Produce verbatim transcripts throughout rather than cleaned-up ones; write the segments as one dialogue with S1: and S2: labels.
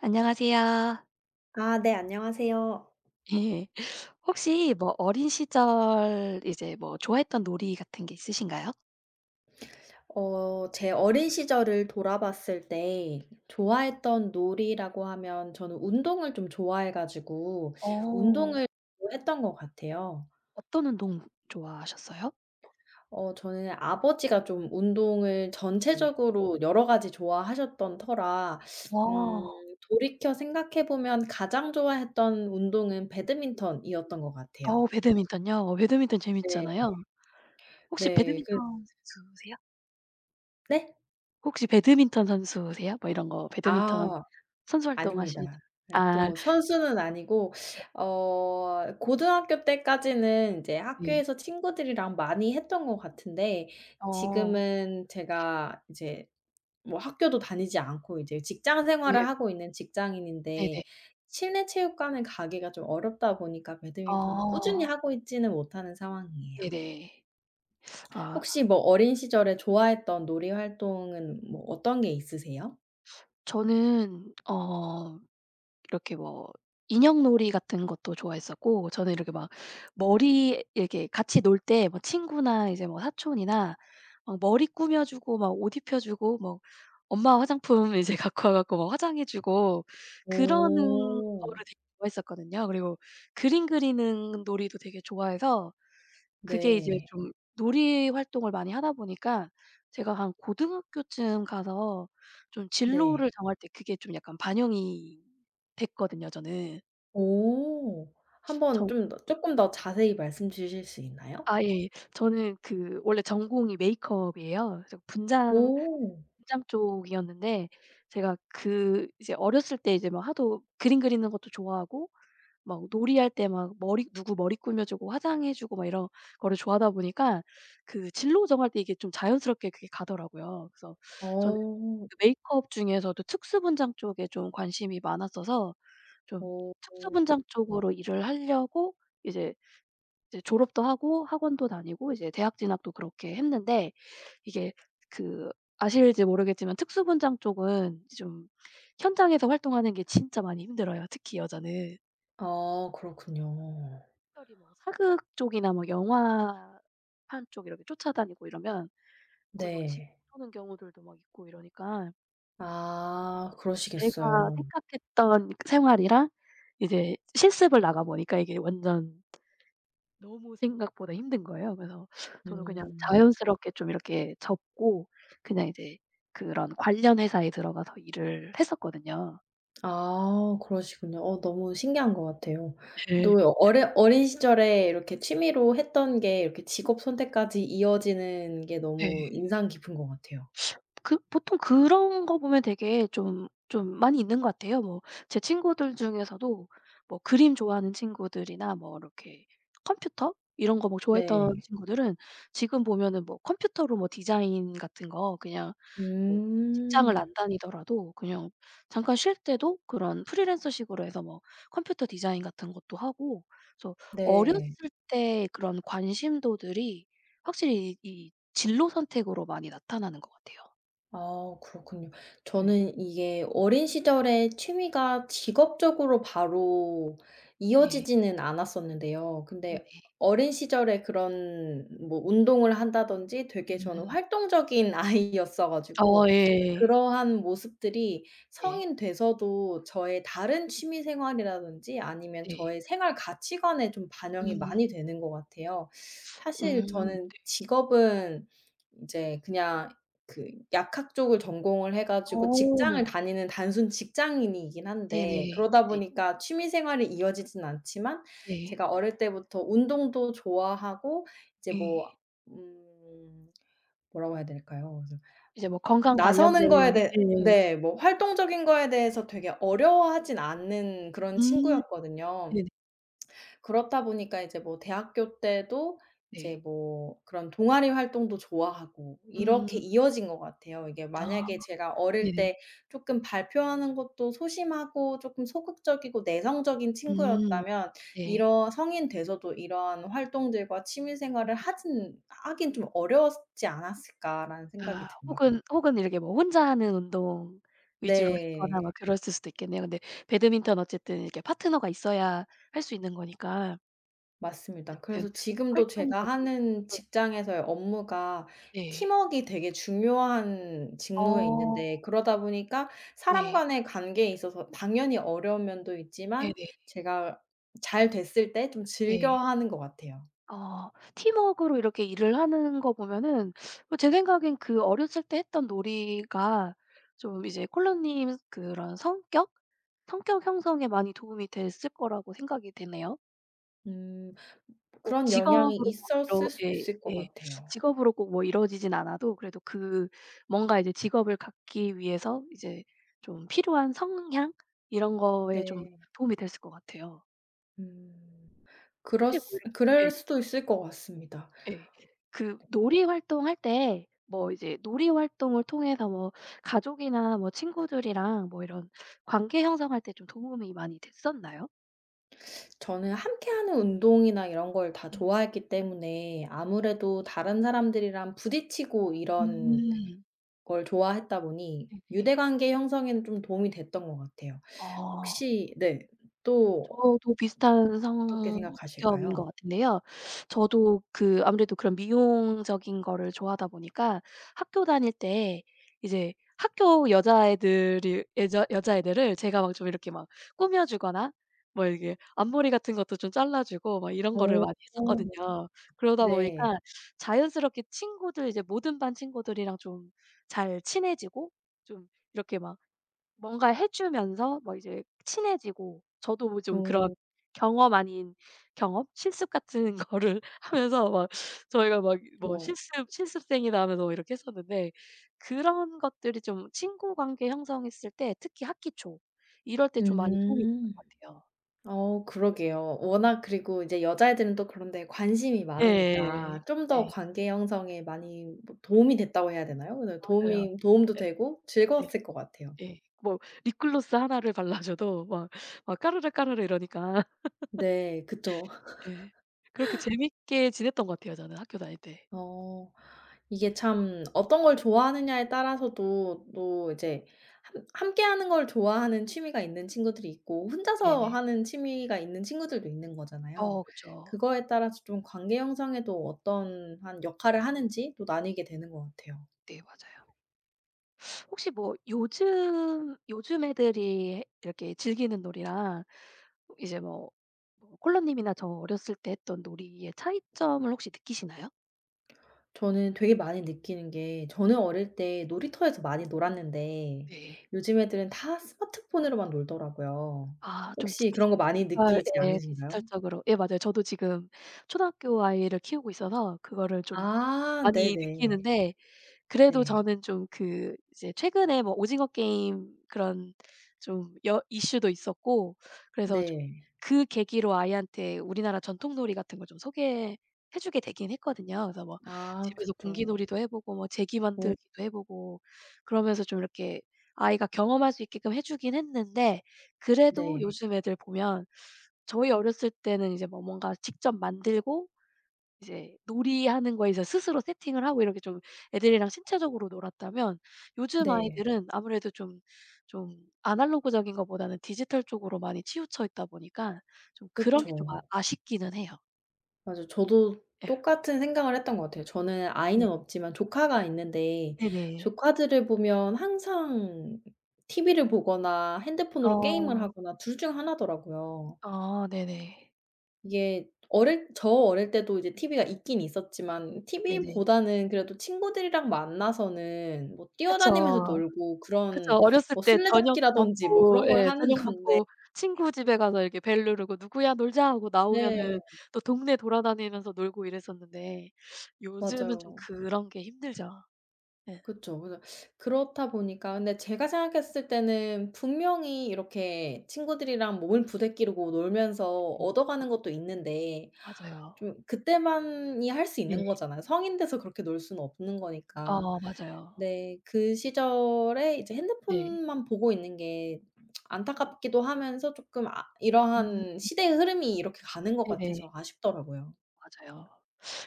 S1: 안녕하세요.
S2: 아 네 안녕하세요.
S1: 예. 혹시 뭐 어린 시절 이제 뭐 좋아했던 놀이 같은 게 있으신가요?
S2: 어 제 어린 시절을 돌아봤을 때 좋아했던 놀이라고 하면 저는 운동을 좀 좋아해 가지고
S1: 어.
S2: 운동을 했던 것 같아요.
S1: 어떤 운동 좋아하셨어요?
S2: 어 저는 아버지가 좀 운동을
S1: 네.
S2: 전체적으로 여러 가지 좋아하셨던 터라 음
S1: 어.
S2: 돌이켜 생각해 보면 가장 좋아했던 운동은 배드민턴이었던 것 같아요.
S1: 어 배드민턴요? 어 배드민턴
S2: 네.
S1: 재밌잖아요. 혹시
S2: 네.
S1: 배드민턴
S2: 그
S1: 선수세요?
S2: 네?
S1: 혹시 배드민턴 선수세요? 뭐 이런 거 배드민턴
S2: 아.
S1: 선수
S2: 아닙니다.
S1: 활동하시는.
S2: 예
S1: 아
S2: 또 선수는 아니고 어 고등학교 때까지는 인제
S1: 네.
S2: 학교에서 친구들이랑 많이 했던 것 같은데
S1: 어.
S2: 지금은 제가 이제 뭐 학교도 다니지 않고 이제 직장
S1: 네.
S2: 생활을 하고 있는 직장인인데
S1: 네네.
S2: 실내 체육관을 가기가 좀 어렵다 보니까 배드민턴을 꾸준히
S1: 어.
S2: 하고 있지는 못하는 상황이에요.
S1: 네네. 아
S2: 혹시 뭐 어린 시절에 좋아했던 놀이 활동은 뭐 어떤 게 있으세요?
S1: 저는 어 이렇게 뭐 인형놀이 같은 것도 좋아했었고, 저는 이렇게 막 머리 이렇게 같이 놀 때 뭐 친구나 이제 뭐 사촌이나 막 머리 꾸며 주고 막 옷 입혀 주고, 뭐 엄마 화장품 이제 갖고 와 갖고 막 화장해 주고 그러는 어. 거를
S2: 오.
S1: 되게 좋아했었거든요. 그리고 그림 그리는 놀이도 되게 좋아해서, 그게 이제
S2: 네.
S1: 좀 놀이 활동을 많이 하다 보니까 제가 한 고등학교쯤 가서 좀 진로를
S2: 네.
S1: 정할 때 그게 좀 약간 반영이 됐거든요, 저는.
S2: 오. 한번
S1: 전
S2: 좀 더 쪼끔 더 자세히 말씀 주실 수 있나요?
S1: 아 예. 저는 그 원래 전공이 메이크업이에요. 그래서 분장
S2: 오.
S1: 분장 쪽이었는데, 제가 그 이제 어렸을 때 이제 막 하도 그림 그리는 것도 좋아하고 막 놀이할 때 막 머리 누구 머리 꾸며 주고 화장해 주고 막 이런 거를 좋아하다 보니까 그 진로 정할 때 이게 좀 자연스럽게 그게 가더라고요. 그래서 저는
S2: 어.
S1: 그 메이크업 중에서도 특수 분장 쪽에 좀 관심이 많았어서, 좀
S2: 어.
S1: 특수 분장 쪽으로 일을 하려고 이제 이제 졸업도 하고 학원도 다니고 이제 대학 진학도 그렇게 했는데, 이게 그 아실지 모르겠지만 특수 분장 쪽은 좀 현장에서 활동하는 게 진짜 많이 힘들어요, 특히 여자는.
S2: 아 그렇군요.
S1: 특별히 뭐 사극 쪽이나 뭐 영화판 쪽 이렇게 쫓아다니고 이러면 거의 막 집에
S2: 네.
S1: 못 오는 경우들도 막 있고 이러니까
S2: 아
S1: 내가
S2: 그러시겠어요.
S1: 생각했던 그 생활이랑 이제 실습을 나가 보니까 이게 완전 너무 생각보다 힘든 거예요. 그래서 저도 그냥
S2: 음.
S1: 자연스럽게 좀 이렇게 접고 그냥 이제 그런 관련 회사에 들어가서 일을 했었거든요.
S2: 아 그러시군요. 어 너무 신기한 것 같아요.
S1: 예. 네.
S2: 또 어려 어린 시절에 이렇게 취미로 했던 게 이렇게 직업 선택까지 이어지는 게
S1: 네.
S2: 너무 인상 깊은 것 같아요.
S1: 그 보통 그런 거 보면 되게 좀 좀 많이 있는 것 같아요. 뭐 제 친구들 중에서도 뭐 그림 좋아하는 친구들이나 뭐 이렇게 컴퓨터 이런 거 뭐 좋아했던
S2: 네.
S1: 친구들은 지금 보면은 뭐 컴퓨터로 뭐 디자인 같은 거 그냥 뭐 직장을
S2: 음.
S1: 안 다니더라도 그냥 잠깐 쉴 때도 그런 프리랜서식으로 해서 뭐 컴퓨터 디자인 같은 것도 하고. 그래서
S2: 네.
S1: 어렸을 때 그런 관심도들이 확실히 이 진로 선택으로 많이 나타나는 것 같아요.
S2: 아 그렇군요.
S1: 예.
S2: 저는 이게 어린 시절에 취미가 직업적으로 바로
S1: 네.
S2: 이어지지는 않았었는데요.
S1: 네네.
S2: 근데 어린 시절에 그런 뭐 운동을 한다든지 되게 저는
S1: 음.
S2: 활동적인 아이였어
S1: 어
S2: 가지고
S1: 예.
S2: 그러한 모습들이
S1: 네.
S2: 성인 돼서도 저의 다른 취미 생활이라든지 아니면
S1: 네.
S2: 저의 생활 가치관에 좀 반영이
S1: 음.
S2: 많이 되는 것 같아요. 사실
S1: 음.
S2: 저는 직업은 이제 그냥 그 약학 쪽을 전공을 해 가지고
S1: 어.
S2: 직장을 다니는 단순 직장인이긴 한데
S1: 네네.
S2: 그러다
S1: 네.
S2: 보니까 취미 생활이 이어지진 않지만
S1: 네.
S2: 제가 어릴 때부터 운동도 좋아하고 이제 뭐
S1: 예.
S2: 음 뭐라고 해야 될까요?
S1: 이제 뭐 건강
S2: 나서는 거에
S1: 관련된.
S2: 대해
S1: 예.
S2: 네 뭐 활동적인 거에 대해서 되게 어려워하진 않는 그런
S1: 음.
S2: 친구였거든요.
S1: 네네.
S2: 그렇다 보니까 이제 뭐 대학교 때도 이제
S1: 네.
S2: 뭐 그런 동아리 활동도 좋아하고 이렇게
S1: 음.
S2: 이어진 것 같아요. 이게
S1: 아.
S2: 만약에 제가 어릴
S1: 네네.
S2: 때 쪼끔 발표하는 것도 소심하고 쪼끔 소극적이고 내성적인
S1: 음.
S2: 친구였다면
S1: 네.
S2: 이런 성인 돼서도 이러한 활동들과 취미
S1: 음.
S2: 생활을 하진 하긴 좀 어려웠지 않았을까라는 생각이
S1: 아
S2: 듭니다.
S1: 혹은 혹은 이렇게 뭐 혼자 하는 운동 위주로 했거나 막
S2: 네.
S1: 그랬을 수도 있겠네요. 근데 배드민턴 어쨌든 이렇게 파트너가 있어야 할 수 있는 거니까.
S2: 맞습니다.
S1: 어쨌든
S2: 그래서 지금도 제가
S1: 활동적인.
S2: 하는
S1: 네.
S2: 직장에서의 업무가
S1: 네.
S2: 팀웍이 되게 중요한 직무에
S1: 어.
S2: 있는데 그러다 보니까 사람
S1: 네.
S2: 간의 관계에 있어서 당연히 어려운 면도
S1: 네네.
S2: 있지만 제가 잘 됐을 때 좀 즐겨
S1: 네.
S2: 하는 것 같아요.
S1: 아 팀워크로 이렇게 일을 하는 거 보면은 뭐 제 생각엔 그 어렸을 때 했던 놀이가 좀 이제 콜라님 그런 성격, 성격 형성에 많이 도움이 됐을 거라고 생각이 되네요.
S2: 음
S1: 꼭
S2: 그런 영향이
S1: 직업으로
S2: 있었을
S1: 이뤄
S2: 수도
S1: 예
S2: 있을 것
S1: 예.
S2: 같아요.
S1: 직업으로 꼭 뭐 이루어지진 않아도 그래도 그 뭔가 이제 직업을 갖기 위해서 이제 좀 필요한 성향 이런 거에 좀
S2: 네.
S1: 도움이 됐을 것 같아요.
S2: 음. 그럴
S1: 혹시 뭐
S2: 수
S1: 이렇 예.
S2: 그럴 수도 있을 것 같습니다.
S1: 예. 그 놀이 활동할 때 뭐 이제 놀이 활동을 통해서 뭐 가족이나 뭐 친구들이랑 뭐 이런 관계 형성할 때 좀 도움이 많이 됐었나요?
S2: 저는 함께하는 운동이나 이런 걸 다 좋아했기 때문에 아무래도 다른 사람들이랑 부딪히고 이런
S1: 음.
S2: 걸 좋아했다 보니
S1: 네네.
S2: 유대관계 형성에는 좀 도움이 됐던 것 같아요.
S1: 어.
S2: 혹시 네.
S1: 네,
S2: 또
S1: 저도 비슷한
S2: 어떻게
S1: 성격인
S2: 생각하실까요?
S1: 것 같은데요. 저도 그 아무래도 그런 미용적인 거를 좋아하다 보니까 학교 다닐 때 이제 학교 여자애들이 여자 여자애들을 제가 막 좀 이렇게 막 꾸며 주거나 뭐 이렇게 앞머리 같은 것도 좀 잘라 주고 막 이런 거를
S2: 어.
S1: 많이 했었거든요. 그러다 보니까
S2: 네.
S1: 자연스럽게 친구들 이제 모든 반 친구들이랑 좀 잘 친해지고 좀 이렇게 막 뭔가 해 주면서 뭐 이제 친해지고, 저도 뭐 좀 그런
S2: 어
S1: 경험 아닌 경험? 실습 같은 거를 하면서 막 저희가 막 뭐
S2: 그쵸.
S1: 실습 실습생이다 하면서 뭐 이렇게 했었는데 그런 것들이 좀 친구 관계 형성했을 때 특히 학기 초 이럴 때 좀 많이 도움이 됐던
S2: 음.
S1: 것 같아요.
S2: 어 그러게요. 워낙 그리고 이제 여자애들은 또 그런 데 관심이
S1: 네,
S2: 많으니까 좀 더
S1: 네.
S2: 관계 형성에 많이 뭐 도움이 됐다고 해야 되나요? 그래서
S1: 맞아요.
S2: 도움이 도움도
S1: 네.
S2: 되고
S1: 네.
S2: 즐거웠을 것 같아요.
S1: 네. 뭐 립글로스 하나를 발라줘도 막 막 까르르 까르르 이러니까.
S2: 네 그쵸.
S1: 네. 그렇게 재밌게 지냈던 것 같아요 저는 학교 다닐 때.
S2: 어 이게 참 어떤 걸 좋아하느냐에 따라서도 또 이제 함 함께하는 걸 좋아하는 취미가 있는 친구들이 있고 혼자서
S1: 네네.
S2: 하는 취미가 있는 친구들도 있는
S1: 어
S2: 거잖아요.
S1: 그쵸.
S2: 그거에 따라서 좀 관계 형성에도 어떤 한 역할을 하는지 또 나뉘게 되는 것 같아요.
S1: 네 맞아요. 혹시 뭐 요즘 요즘 애들이 이렇게 즐기는 놀이랑 이제 뭐 뭐 콜라님이나 저 어렸을 때 했던 놀이의 차이점을 혹시 느끼시나요?
S2: 저는 되게 많이 느끼는 게 저는 어릴 때 놀이터에서 많이 놀았는데
S1: 네.
S2: 요즘 애들은 다 스마트폰으로만 놀더라고요.
S1: 아 좀
S2: 혹시
S1: 디지
S2: 그런 거 많이
S1: 디지털
S2: 느끼지
S1: 예
S2: 않으신가요?
S1: 디지털적으로 예 맞아요. 저도 지금 초등학교 아이를 키우고 있어서 그거를 좀
S2: 아
S1: 많이
S2: 네네.
S1: 느끼는데, 그래도
S2: 네.
S1: 저는 좀 그 이제 최근에 뭐 오징어 게임 그런 좀 여 이슈도 있었고, 그래서 좀
S2: 네.
S1: 그 계기로 아이한테 우리나라 전통놀이 같은 걸 좀 소개해 주게 되긴 했거든요. 그래서 뭐
S2: 아
S1: 집에서
S2: 그쵸.
S1: 공기놀이도 해 보고 뭐 제기
S2: 어
S1: 만들기도 해 보고 그러면서 좀 이렇게 아이가 경험할 수 있게끔 해 주긴 했는데, 그래도
S2: 네.
S1: 요즘 애들 보면 저희 어렸을 때는 이제 뭐 뭔가 직접 만들고 이제 놀이하는 거에 서 스스로 세팅을 하고 이렇게 좀 애들이랑 신체적으로 놀았다면, 요즘
S2: 네.
S1: 아이들은 아무래도 좀 좀 아날로그적인 것보다는 디지털 쪽으로 많이 치우쳐 있다 보니까 좀 그런 게 좀 아
S2: 그쵸.
S1: 아쉽기는 해요.
S2: 맞아요. 저도
S1: 예.
S2: 똑같은 생각을 했던 것 같아요. 저는
S1: 네.
S2: 아이는 없지만 조카가 있는데
S1: 네네.
S2: 조카들을 보면 항상 티비를 보거나 핸드폰으로 게임을
S1: 어.
S2: 하거나 둘 중 하나더라고요.
S1: 어 네네.
S2: 이게 어릴 저 어릴 때도 이제 티비가 있긴 있었지만
S1: 네네.
S2: 티비보다는 그래도 친구들이랑 만나서는 뭐 뛰어다니면서
S1: 그쵸.
S2: 놀고
S1: 그쵸.
S2: 그런
S1: 어렸을
S2: 뭐
S1: 때 저녁
S2: 술래잡기라든지 뭐
S1: 먹고
S2: 그런 걸
S1: 예
S2: 하는
S1: 저녁
S2: 건데
S1: 먹고 친구 집에 가서 이렇게 벨 누르고 "누구야 놀자." 하고 나오면은
S2: 네.
S1: 또 동네 돌아다니면서 놀고 이랬었는데 요즘은 좀
S2: 맞아요.
S1: 그런 게 힘들죠. 예.
S2: 그쵸. 그래서 그렇다 보니까 근데 제가 생각했을 때는 분명히 이렇게 친구들이랑 몸을 부대끼고 놀면서
S1: 네. 네.
S2: 얻어가는 것도 있는데
S1: 맞아요.
S2: 좀 그때만이 할 수
S1: 네.
S2: 있는 거잖아요. 성인 돼서 그렇게 놀 수는 없는 거니까.
S1: 어 맞아요.
S2: 네. 그 시절에 이제
S1: 네.
S2: 핸드폰만 보고 있는 게 안타깝기도 하면서 쪼끔 아 이러한
S1: 음
S2: 시대의 흐름이 이렇게 가는 것
S1: 네네.
S2: 같아서 아쉽더라고요.
S1: 맞아요.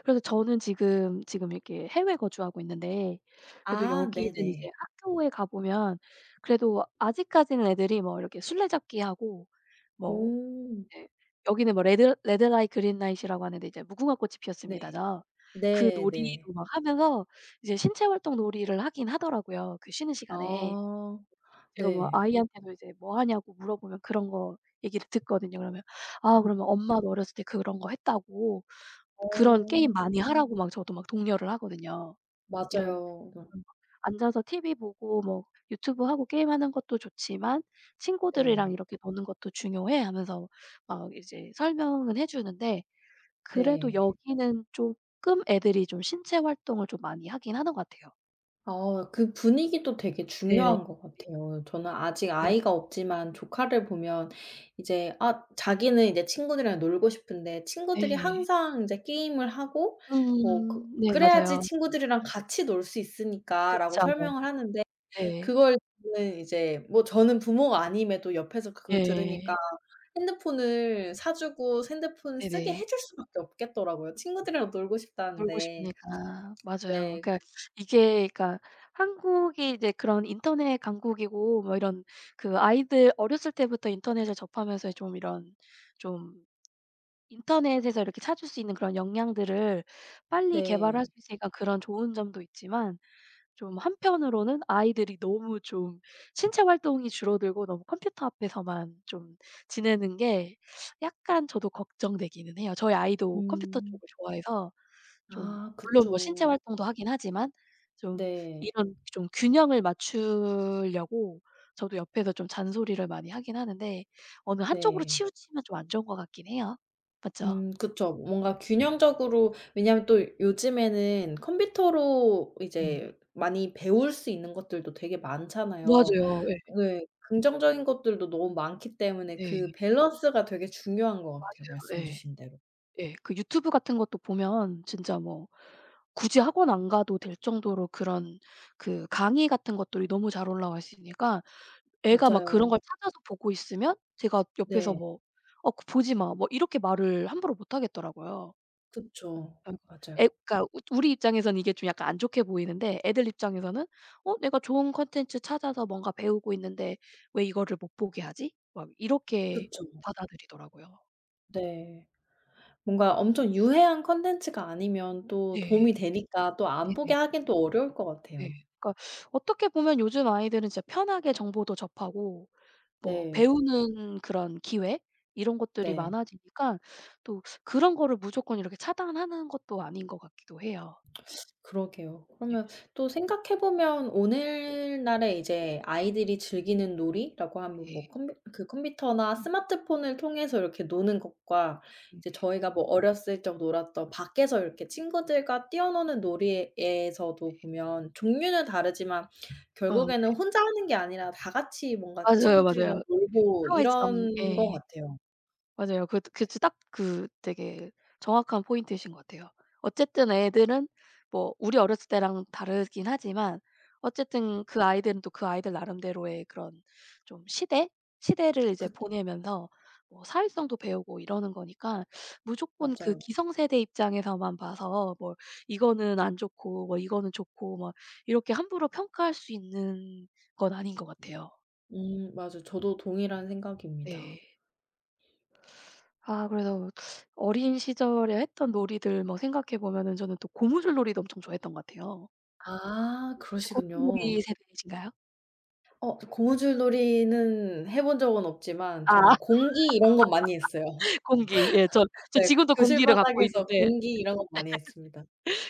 S1: 그래서 저는 지금, 지금 이렇게 해외 거주하고 있는데 그래도
S2: 아
S1: 여기는
S2: 네네.
S1: 이제 학교에 가 보면 그래도 아직까지는 애들이 뭐 이렇게 술래잡기하고 뭐.
S2: 오.
S1: 네. 여기는 뭐 레드 레드 라이트 그린 라이트라고 하는데, 이제 무궁화 꽃이
S2: 네.
S1: 피었습니다죠. 그
S2: 네네.
S1: 놀이도 막 하면서 이제 신체 활동 놀이를 하긴 하더라고요, 그 쉬는 시간에.
S2: 아
S1: 제가 뭐
S2: 네.
S1: 아이한테도 이제 "뭐 하냐."고 물어보면 그런 거 얘기를 듣거든요. 그러면 "아 그러면
S2: 음
S1: 엄마도 어렸을 때 그런 거 했다고
S2: 어
S1: 그런 게임 많이 하라."고 막 저도 막 독려를 하거든요. 이런.
S2: 맞아요. 그
S1: 음 "앉아서 티비 보고 뭐 유튜브 하고 게임하는 것도 좋지만 친구들이랑
S2: 네.
S1: 이렇게 노는 것도 중요해." 하면서 막 이제 설명은 해 주는데, 그래도
S2: 네.
S1: 여기는 쪼끔 애들이 좀 신체 활동을 좀 많이 하긴 하는 것 같아요.
S2: 아 그 분위기도 되게
S1: 네네.
S2: 중요한 것 같아요. 저는 아직
S1: 네.
S2: 아이가 없지만 조카를 보면 이제 아 자기는 이제 친구들이랑 놀고 싶은데 친구들이
S1: 네.
S2: 항상 이제 게임을 하고 뭐 그
S1: 음. 네
S2: "그래야지
S1: 맞아요.
S2: 친구들이랑 같이 놀 수 있으니까."라고
S1: 그쵸.
S2: 설명을 하는데
S1: 네.
S2: 그걸 는 이제 뭐 저는 부모가 아님에도 옆에서 그걸 들으니까
S1: 예.
S2: 핸드폰을 사 주고 핸드폰 쓰게
S1: 네네.
S2: 해줄 수밖에 없겠더라고요 친구들이랑 놀고
S1: 놀고
S2: 싶다는데.
S1: 싶으니까. 맞아요.
S2: 네.
S1: 그러니까 이게 그러니까 한국이 이제 그런 인터넷 강국이고 뭐 이런 그 아이들 어렸을 때부터 인터넷을 접하면서 좀 이런 좀 인터넷에서 이렇게 찾을 수 있는 그런 역량들을 빨리 개발할
S2: 네.
S1: 수 있으니까 그런 좋은 점도 있지만, 좀 한편으로는 아이들이 너무 좀 신체 활동이 줄어들고 너무 컴퓨터 앞에서만 좀 지내는 게 약간 저도 걱정되기는 해요. 저희 아이도 컴퓨터 쪽을
S2: 음.
S1: 좋아해서 좀,
S2: 아
S1: 물론 뭐 신체
S2: 그쵸.
S1: 활동도 하긴 하지만 좀
S2: 네.
S1: 이런 좀 균형을 맞추려고 저도 옆에서 좀 잔소리를 많이 하긴 하는데 어느 한쪽으로
S2: 네.
S1: 치우치면 좀 안 좋은 것 같긴 해요. 맞죠?
S2: 음 그쵸. 뭔가 균형적으로 왜냐하면 또 요즘에는 컴퓨터로 이제
S1: 네.
S2: 많이 배울 수 있는 것들도 되게 많잖아요.
S1: 맞아요. 예.
S2: 네. 긍정적인 것들도 너무 많기 때문에 그
S1: 네.
S2: 밸런스가 되게 중요한 것 같아요,
S1: 맞아요.
S2: 말씀
S1: 예.
S2: 주신 대로.
S1: 예. 그 유튜브 같은 것도 보면 진짜 뭐 굳이 학원 안 가도 될 정도로 그런 그 강의 같은 것들이 너무 잘 올라와 있으니까 애가 막 그런
S2: 맞아요.
S1: 걸 찾아서 보고 있으면 제가 옆에서
S2: 네.
S1: 뭐 "어 그 보지 마." 뭐 이렇게 말을 함부로 못 하겠더라고요.
S2: 그쵸.
S1: 예. 애
S2: 맞아요.
S1: 그러니까 우 우리 입장에서는 이게 좀 약간 안 좋게 보이는데, 애들 입장에서는 '어 내가 좋은 콘텐츠 찾아서 뭔가 배우고 있는데 왜 이거를 못 보게 하지?' 막 이렇게
S2: 그쵸.
S1: 받아들이더라고요.
S2: 네. 뭔가 엄청 유해한 컨텐츠가 아니면 또
S1: 네.
S2: 도움이 되니까 또 안 보게
S1: 네네.
S2: 하긴 또 어려울 것
S1: 네.
S2: 같아요.
S1: 그러니까 어떻게 보면 요즘 아이들은 진짜 편하게 정보도 접하고 뭐
S2: 네.
S1: 배우는 그런 기회 이런 것들이
S2: 네.
S1: 많아지니까 또 그런 거를 무조건 이렇게 차단하는 것도 아닌 것 같기도 해요.
S2: 그러게요.
S1: 예.
S2: 그러면 또 생각해 보면 오늘날에 이제 아이들이 즐기는 놀이라고 하면
S1: 네.
S2: 뭐 컴퓨 그 컴퓨터나 스마트폰을 통해서 이렇게 노는 것과 이제
S1: 네.
S2: 저희가 뭐 어렸을 적 놀았던 밖에서 이렇게 친구들과 뛰어노는 놀이에서도 보면 종류는 다르지만
S1: 어
S2: 결국에는 혼자 하는 게 아니라 다 같이 뭔가
S1: 맞아요,
S2: 친구들이랑
S1: 맞아요.
S2: 놀고
S1: 사회성.
S2: 이런 것
S1: 예.
S2: 같아요.
S1: 맞아요. 그 그치 딱 그 되게 정확한 포인트이신 것 같아요. 어쨌든 애들은 뭐 우리 어렸을 때랑 다르긴 하지만 어쨌든 그 아이들은 또 그 아이들 나름대로의 그런 좀 시대? 시대를 이제
S2: 그
S1: 보내면서 뭐 사회성도 배우고 이러는 거니까 무조건 그
S2: 맞아요.
S1: 기성세대 입장에서만 봐서 뭐 이거는 안 좋고 뭐 이거는 좋고 뭐 이렇게 함부로 평가할 수 있는 건 아닌 것 같아요.
S2: 음 맞아요. 저도 동일한 생각입니다.
S1: 네. 아 그래서 어린 시절에 했던 놀이들 뭐 생각해 보면은 저는 또 고무줄 놀이도 엄청 좋아했던 것 같아요.
S2: 아
S1: 혹시
S2: 그러시군요.
S1: 고무줄놀이 세대이신가요?
S2: 어 고무줄놀이는 해본 적은 없지만
S1: 아
S2: 저는 공기 이런 건 많이 했어요.
S1: 공기. 예. 저 저
S2: 네.
S1: 지금도
S2: 교실
S1: 공기를 갖고
S2: 바닥에서
S1: 있는데
S2: 공기 이런 건 많이 했습니다. 아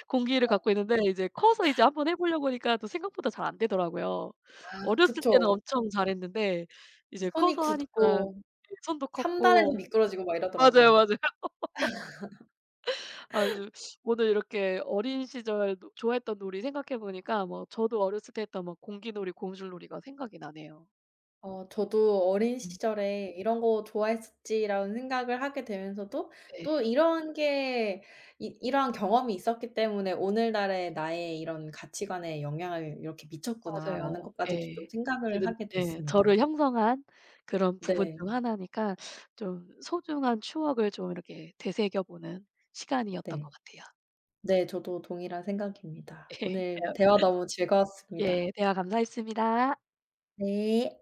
S1: 공기를 갖고 있는데 이제 커서 이제 한번 해 보려고 하니까 또 생각보다 잘 안 되더라고요. 어렸을 때는
S2: 그쵸.
S1: 엄청 잘했는데 이제
S2: 손이
S1: 커서 하니까
S2: 굳고
S1: 예 손도
S2: 삼단에서
S1: 컸고
S2: 미끄러지고 막
S1: 맞아요,
S2: 이러더라고요.
S1: 맞아요. 아 요즘 오늘 이렇게 어린 시절 노 좋아했던 놀이 생각해 보니까 뭐 저도 어렸을 때 했던 뭐 공기놀이, 고무줄놀이가 생각이 나네요.
S2: 어 저도 '어린
S1: 네.
S2: 시절에 이런 거 좋아했었지.'라는 생각을 하게 되면서도 또
S1: 네.
S2: 이런 게 이 이러한 경험이 있었기 때문에 '오늘날의
S1: 네.
S2: 나의 이런 가치관에 영향을 이렇게 미쳤구나.'라는
S1: 맞아요.
S2: 것까지도
S1: 예.
S2: 좀 생각을
S1: 어쨌든
S2: 하게
S1: 예 저를
S2: 됐습니다.
S1: 형성한 그런 부분
S2: 네.
S1: 중 하나니까 좀 소중한 추억을 좀 이렇게 되새겨 보는 시간이었던 것
S2: 네.
S1: 같아요.
S2: 네. 저도 동일한 생각입니다. 오늘
S1: 예.
S2: 대화 너무 즐거웠습니다.
S1: 예 대화 감사했습니다.
S2: 네.